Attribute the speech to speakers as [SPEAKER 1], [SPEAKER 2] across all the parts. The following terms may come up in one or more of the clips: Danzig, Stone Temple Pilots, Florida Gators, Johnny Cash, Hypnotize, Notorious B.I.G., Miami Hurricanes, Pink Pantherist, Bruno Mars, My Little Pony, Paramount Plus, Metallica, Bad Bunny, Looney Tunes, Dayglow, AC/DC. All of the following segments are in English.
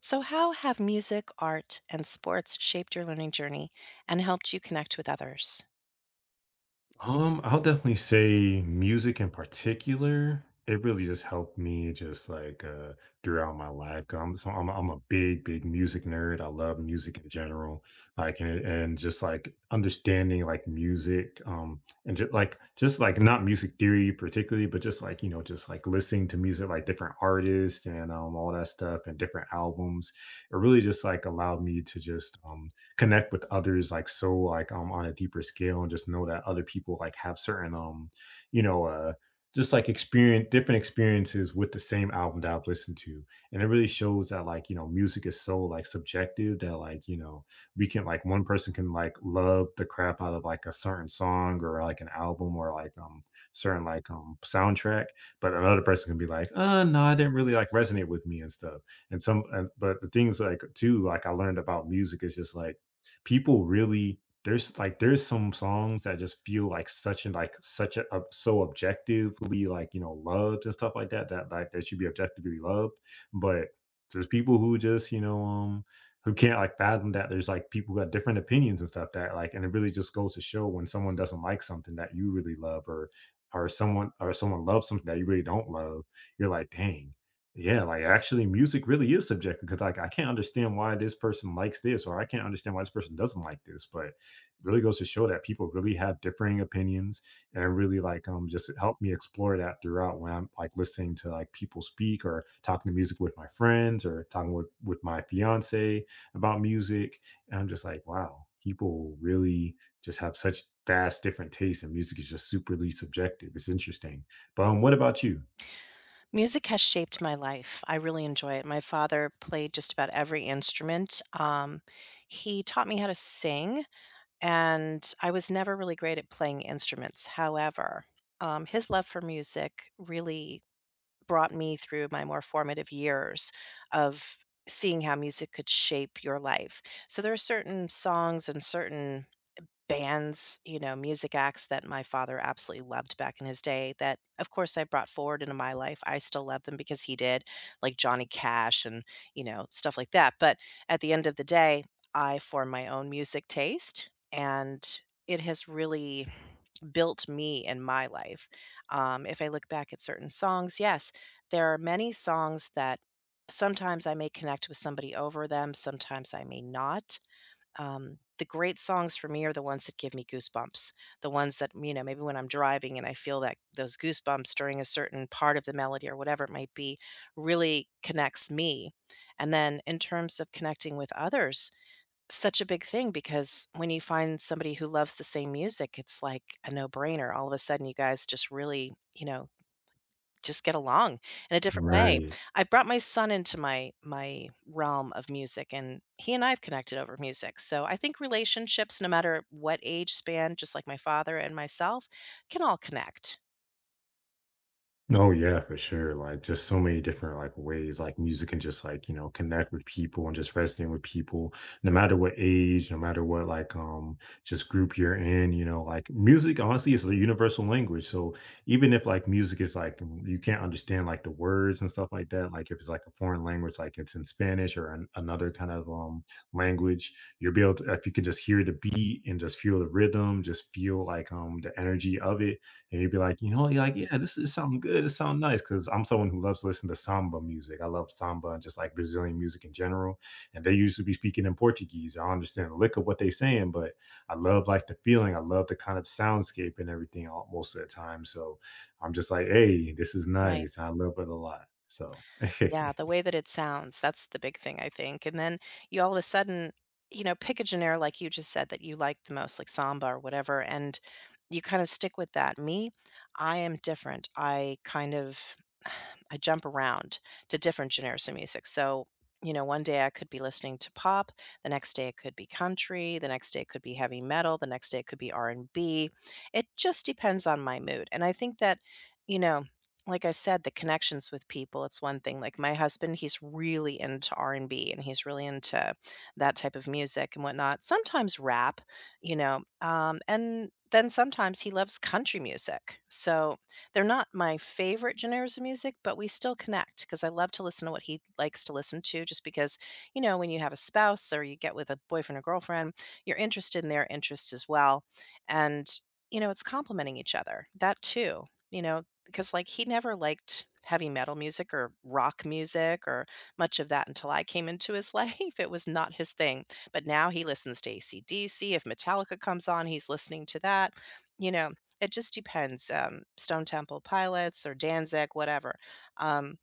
[SPEAKER 1] So, how have music, art, and sports shaped your learning journey and helped you connect with others?
[SPEAKER 2] I'll definitely say music in particular. It really just helped me just like throughout my life. 'Cause I'm so I'm a big, big music nerd. I love music in general. Like and just like understanding like music, and just like not music theory particularly, but just like just like listening to music like different artists and all that stuff and different albums. It really just like allowed me to just connect with others like so like on a deeper scale and just know that other people like have certain you know uh just like experience different experiences with the same album that I've listened to. And it really shows that like, music is so like subjective that like, we can like one person can like love the crap out of like a certain song or like an album or like certain like soundtrack, but another person can be like, no, I didn't really like resonate with me and stuff. But the things like too, like I learned about music is just like people really there's some songs that just feel like such and like such a so objectively like loved and stuff like that that like that should be objectively loved, but there's people who just who can't like fathom that there's like people who have different opinions and stuff that like, and it really just goes to show when someone doesn't like something that you really love, or someone loves something that you really don't love. You're like, dang, yeah, like, actually, music really is subjective because like, I can't understand why this person likes this, or I can't understand why this person doesn't like this, but it really goes to show that people really have differing opinions, and really, like, just help me explore that throughout when I'm, like, listening to, like, people speak or talking to music with my friends or talking with my fiance about music, and I'm just like, "Wow, people really just have such vast different tastes, and music is just superly subjective." It's interesting. But, what about you?
[SPEAKER 1] Music has shaped my life. I really enjoy it. My father played just about every instrument. He taught me how to sing, and I was never really great at playing instruments. However, his love for music really brought me through my more formative years of seeing how music could shape your life. So, there are certain songs and certain bands, you know, music acts that my father absolutely loved back in his day that, of course, I brought forward into my life. I still love them because he did, like Johnny Cash and, you know, stuff like that. But at the end of the day, I form my own music taste, and it has really built me in my life. If I look back at certain songs, yes, there are many songs that sometimes I may connect with somebody over them, sometimes I may not. The great songs for me are the ones that give me goosebumps. The ones that, you know, maybe when I'm driving and I feel that those goosebumps during a certain part of the melody or whatever it might be really connects me. And then in terms of connecting with others, such a big thing because when you find somebody who loves the same music, it's like a no brainer. All of a sudden, you guys just really, you know, just get along in a different way.
[SPEAKER 2] Right.
[SPEAKER 1] I brought my son into my realm of music, and he and I have connected over music. So I think relationships, no matter what age span, just like my father and myself, can all connect,
[SPEAKER 2] Oh, yeah, for sure. Like, just so many different like ways like music can just like, connect with people and just resonate with people, no matter what age, no matter what like just group you're in, you know, like music honestly is the universal language. So even if like music is like you can't understand like the words and stuff like that, like if it's like a foreign language, like it's in Spanish or another kind of language, you'll be able to if you can just hear the beat and just feel the rhythm, just feel like the energy of it, and you'd be like, you know, you're like, yeah, this is something good. It sounds nice. Cause I'm someone who loves to listen to samba music. I love samba and just like Brazilian music in general. And they used to be speaking in Portuguese. I don't understand a lick of what they're saying, but I love like the feeling. I love the kind of soundscape and everything all, most of the time. So I'm just like, hey, this is
[SPEAKER 1] right?
[SPEAKER 2] nice. I love it a lot. So
[SPEAKER 1] Yeah, the way that it sounds, that's the big thing, I think, and then you all of a sudden, you know, pick a genre like you just said that you like the most, like samba or whatever, and you kinda stick with that. Me, I am different. I kind of I jump around to different genres of music, so, you know, one day I could be listening to pop, the next day it could be country, the next day it could be heavy metal, the next day it could be R&B. It just depends on my mood, and I think that, you know, like I said, the connections with people, it's one thing. Like my husband, he's really into R and B and he's really into that type of music and whatnot. Sometimes rap, you know, and then sometimes he loves country music. So they're not my favorite genres of music, but we still connect because I love to listen to what he likes to listen to. Just because, you know, when you have a spouse or you get with a boyfriend or girlfriend, you're interested in their interests as well, and you know, it's complementing each other. That too. You know, because like he never liked heavy metal music or rock music or much of that until I came into his life. It was not his thing. But now he listens to ACDC. If Metallica comes on, he's listening to that. You know, it just depends. Stone Temple Pilots or Danzig, whatever. Um,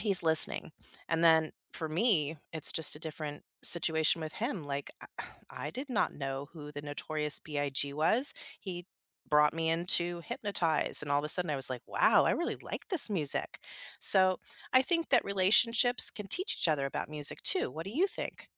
[SPEAKER 1] He's listening. And then for me, it's just a different situation with him. Like, I did not know who the Notorious B.I.G. was. He brought me into Hypnotize, and all of a sudden I was like, wow, I really like this music. So I think that relationships can teach each other about music too. What do you think?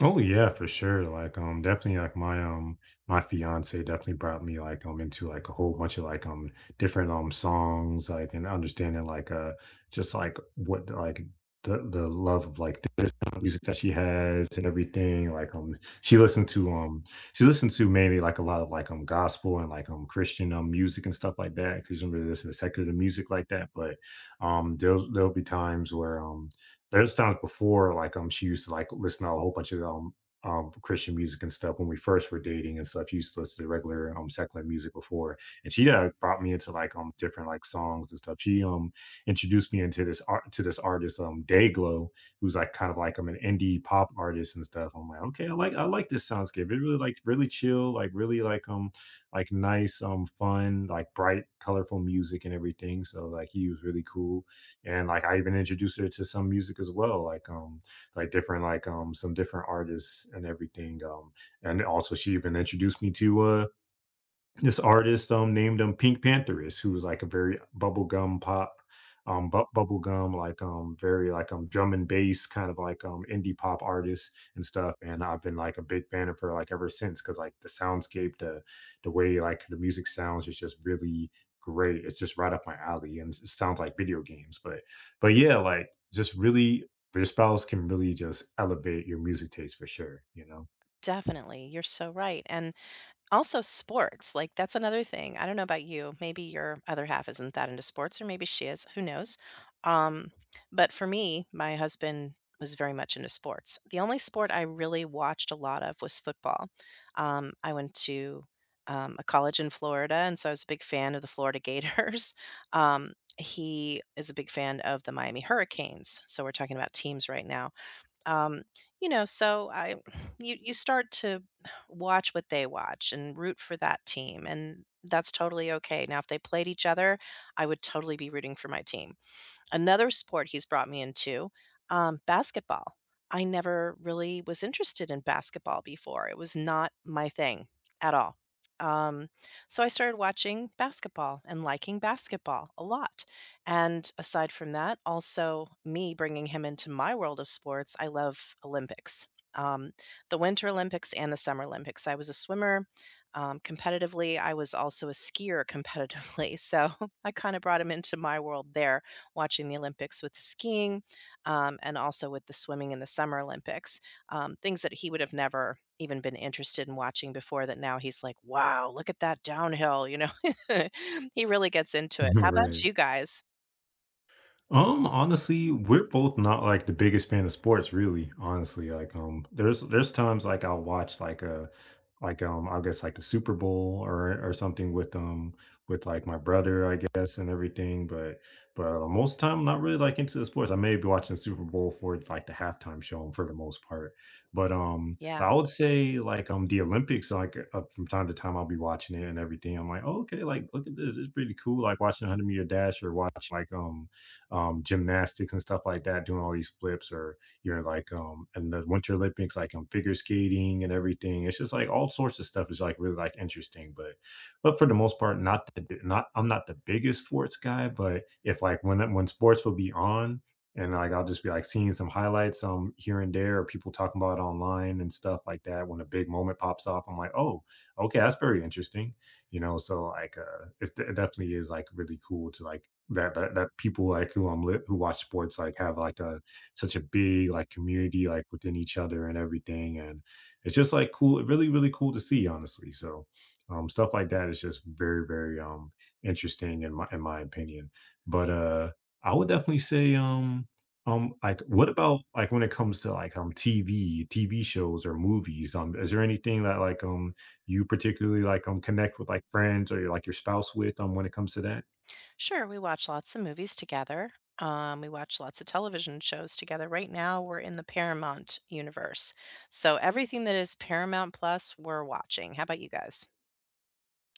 [SPEAKER 2] Oh yeah, for sure. Like definitely like my my fiance definitely brought me like into like a whole bunch of like different songs like and understanding like just like what like the love of like this kind of music that she has and everything like she listened to um she listened to mainly like a lot of like gospel and like Christian music and stuff like that because she doesn't really listen to secular music like that, but there'll be times where there's times before like she used to like listen to a whole bunch of Christian music and stuff when we first were dating and stuff. She used to listen to regular secular music before, and she brought me into like different like songs and stuff. She introduced me into this art to this artist, Dayglow, who's like kind of like I'm an indie pop artist and stuff. I'm like, okay, I like this soundscape. It really like really chill, like really like nice fun like bright colorful music and everything. So like he was really cool, and like I even introduced her to some music as well, like different like some different artists and everything. And also she even introduced me to this artist, named him Pink Pantherist, who was, like, a very bubblegum pop, bu bubblegum, like, very, like, drum and bass kind of, like, indie pop artist and stuff, and I've been, like, a big fan of her, like, ever since, because like, the soundscape, the way, like, the music sounds is just really great. It's just right up my alley, and it sounds like video games, but yeah, like, just really your spouse can really just elevate your music taste for sure, you know?
[SPEAKER 1] Definitely. You're so right. And also sports, like, that's another thing. I don't know about you, maybe your other half isn't that into sports, or maybe she is, who knows? Um, but for me, my husband was very much into sports. The only sport I really watched a lot of was football. I went to, a college in Florida, and so I was a big fan of the Florida Gators. Um, he is a big fan of the Miami Hurricanes, so we're talking about teams right now. Um, you know, so I you start to watch what they watch and root for that team, and that's totally okay. Now, if they played each other, I would totally be rooting for my team. Another sport he's brought me into, basketball. I never really was interested in basketball before. It was not my thing at all. Um, so I started watching basketball and liking basketball a lot. And aside from that, also me bringing him into my world of sports, I love Olympics. Um, the Winter Olympics and the Summer Olympics. I was a swimmer competitively. I was also a skier competitively. So I kind of brought him into my world there watching the Olympics with the skiing, and also with the swimming in the Summer Olympics, things that he would have never even been interested in watching before that now he's like, "Wow, look at that downhill," you know? He really gets into it. How about
[SPEAKER 2] Right.
[SPEAKER 1] you guys?
[SPEAKER 2] Honestly, we're both not like the biggest fan of sports, really. Honestly, like there's times like I'll watch like a like I guess like the Super Bowl or something with like my brother, I guess, and everything. But Most of the time, I'm not really like into the sports. I may be watching the Super Bowl for like the halftime show for the most part. But um,
[SPEAKER 1] Yeah.
[SPEAKER 2] but I would say like the Olympics, like from time to time, I'll be watching it and everything. I'm like, oh, okay, like look at this, it's pretty cool. Like watching a hundred-meter dash or watching like gymnastics and stuff like that, doing all these flips, or you're like and the Winter Olympics, like figure skating and everything. It's just like all sorts of stuff is like really like interesting, but for the most part, not I'm not the biggest sports guy, but if like when sports will be on. And like I'll just be like seeing some highlights here and there, or people talking about it online and stuff like that. When a big moment pops off, I'm like, oh, okay, that's very interesting, you know, so like it's, it definitely is like really cool to like that people like who watch sports like have like a such a big like community like within each other and everything, and it's just like cool, really really cool to see honestly. So stuff like that is just very very interesting in my opinion. But I would definitely say like what about like when it comes to like TV shows or movies, is there anything that like you particularly like connect with like friends or like your spouse with when it comes to that?
[SPEAKER 1] Sure, we watch lots of movies together. We watch lots of television shows together. Right now, we're in the Paramount universe. So everything that is Paramount Plus, we're watching. How about you guys?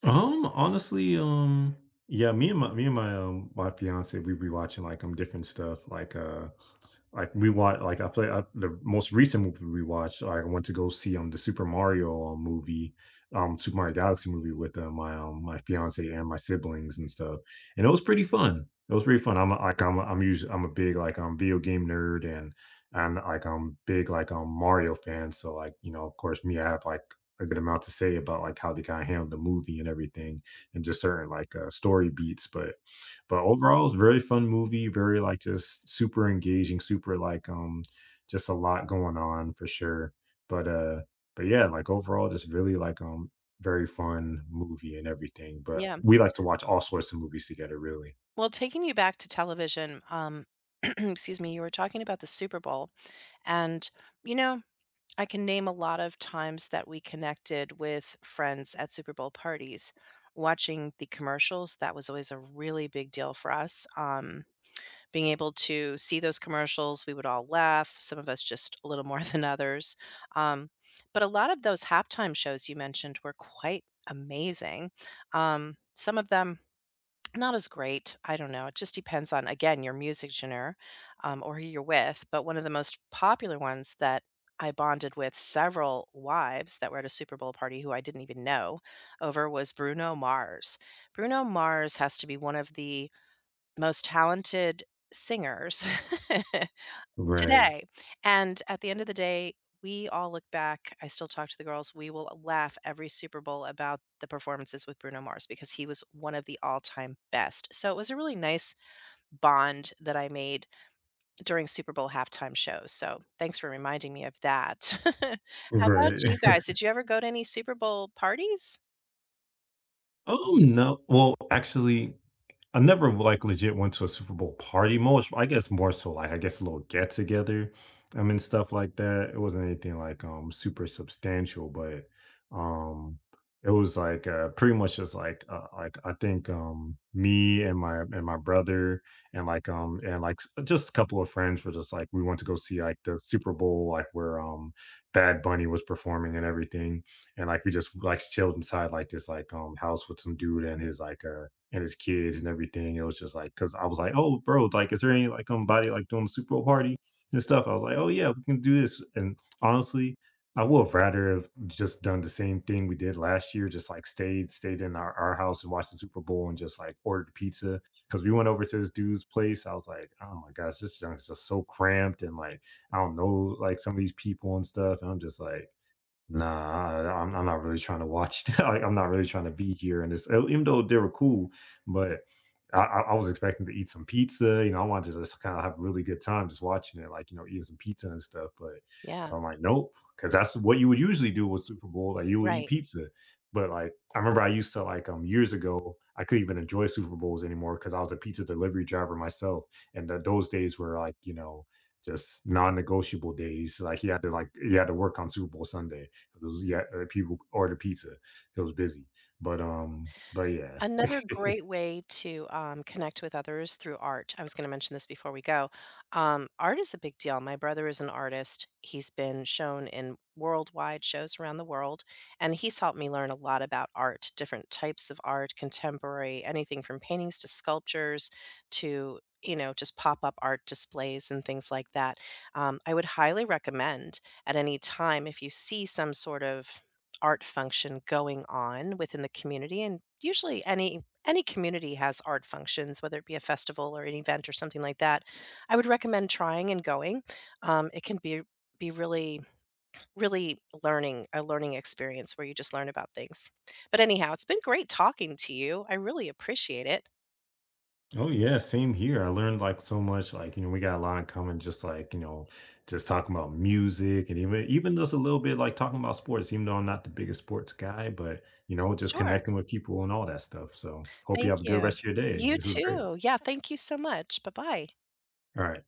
[SPEAKER 2] Um, honestly, um, Yeah, me and my my fiance, we be watching like different stuff like like we watch, like I play the most recent movie we watched. Like I went to go see the Super Mario Super Mario Galaxy movie with my fiance and my siblings and stuff, and it was pretty fun. It was pretty fun. I'm usually I'm a big like video game nerd, and like I'm big like Mario fan. So like, you know, of course me, I have like a good amount to say about like how they kind of handled the movie and everything, and just certain like story beats, but overall, it's a very fun movie, very like just super engaging, super like just a lot going on for sure. But uh but yeah, like overall just really like very fun movie and everything. But
[SPEAKER 1] Yeah.
[SPEAKER 2] we like to watch all sorts of movies together really.
[SPEAKER 1] Well, taking you back to television, excuse me, you were talking about the Super Bowl. And, you know, I can name a lot of times that we connected with friends at Super Bowl parties. Watching the commercials, that was always a really big deal for us. Being able to see those commercials, we would all laugh, some of us just a little more than others. Um, but a lot of those halftime shows you mentioned were quite amazing. Some of them not as great. I don't know. It just depends on, again, your music genre, or who you're with. But one of the most popular ones that I bonded with several wives that were at a Super Bowl party who I didn't even know over was Bruno Mars. Bruno Mars has to be one of the most talented singers
[SPEAKER 2] Right.
[SPEAKER 1] today. And at the end of the day, we all look back. I still talk to the girls. We will laugh every Super Bowl about the performances with Bruno Mars because he was one of the all time best. So it was a really nice bond that I made during Super Bowl halftime shows. So thanks for reminding me of that. How about
[SPEAKER 2] Right.
[SPEAKER 1] you guys? Did you ever go to any Super Bowl parties?
[SPEAKER 2] No. Well, actually, I never like legit went to a Super Bowl party. Most, I guess, more so like I guess a little get together, I mean stuff like that. It wasn't anything like super substantial, but um it was like pretty much just like I think me and my brother and like just a couple of friends were just like we went to go see like the Super Bowl like where Bad Bunny was performing and everything, and like we just like chilled inside like this like house with some dude and his like and his kids and everything. It was just like, because I was like, oh bro, like is there any like body like doing the Super Bowl party and stuff? I was like, oh yeah, we can do this. And honestly, I would have rather have just done the same thing we did last year, just like stayed in our house and watched the Super Bowl and just like ordered pizza. Cause we went over to this dude's place. I was like, oh my gosh, this junk is just so cramped and like I don't know like some of these people and stuff. And I'm just like, nah, I'm not really trying to watch like, I'm not really trying to be here, and this e even though they were cool, but I was expecting to eat some pizza, you know, I wanted to just kinda have a really good time just watching it, like, you know, eating some pizza and stuff, but
[SPEAKER 1] Yeah,
[SPEAKER 2] I'm like, nope, because that's what you would usually do with Super Bowl, like, you would eat
[SPEAKER 1] right.
[SPEAKER 2] pizza, but, like, I remember I used to, like, years ago, I couldn't even enjoy Super Bowls anymore because I was a pizza delivery driver myself, and th those days were, like, you know, just non-negotiable days, like, you had to, like you had to work on Super Bowl Sunday. It yeah, people order pizza. It was busy, but yeah,
[SPEAKER 1] Another great way to, connect with others through art. I was gonna mention this before we go. Art is a big deal. My brother is an artist. He's been shown in worldwide shows around the world, and he's helped me learn a lot about art, different types of art, contemporary, anything from paintings to sculptures to, you know, just pop-up art displays and things like that. I would highly recommend at any time if you see some sort of art function going on within the community, and usually any community has art functions, whether it be a festival or an event or something like that. I would recommend trying and going. It can be really really learning a learning experience where you just learn about things. But anyhow, it's been great talking to you. I really appreciate it.
[SPEAKER 2] Oh yeah, same here. I learned like so much. Like, you know, we got a lot in common, just like, you know, just talking about music and even just a little bit like talking about sports, even though I'm not the biggest sports guy, but you know, just
[SPEAKER 1] Sure,
[SPEAKER 2] connecting with people and all that stuff. So hope you have
[SPEAKER 1] thank
[SPEAKER 2] a good
[SPEAKER 1] you.
[SPEAKER 2] rest of your day.
[SPEAKER 1] You
[SPEAKER 2] This was great.
[SPEAKER 1] too. Yeah, thank you so much. Bye bye.
[SPEAKER 2] All right.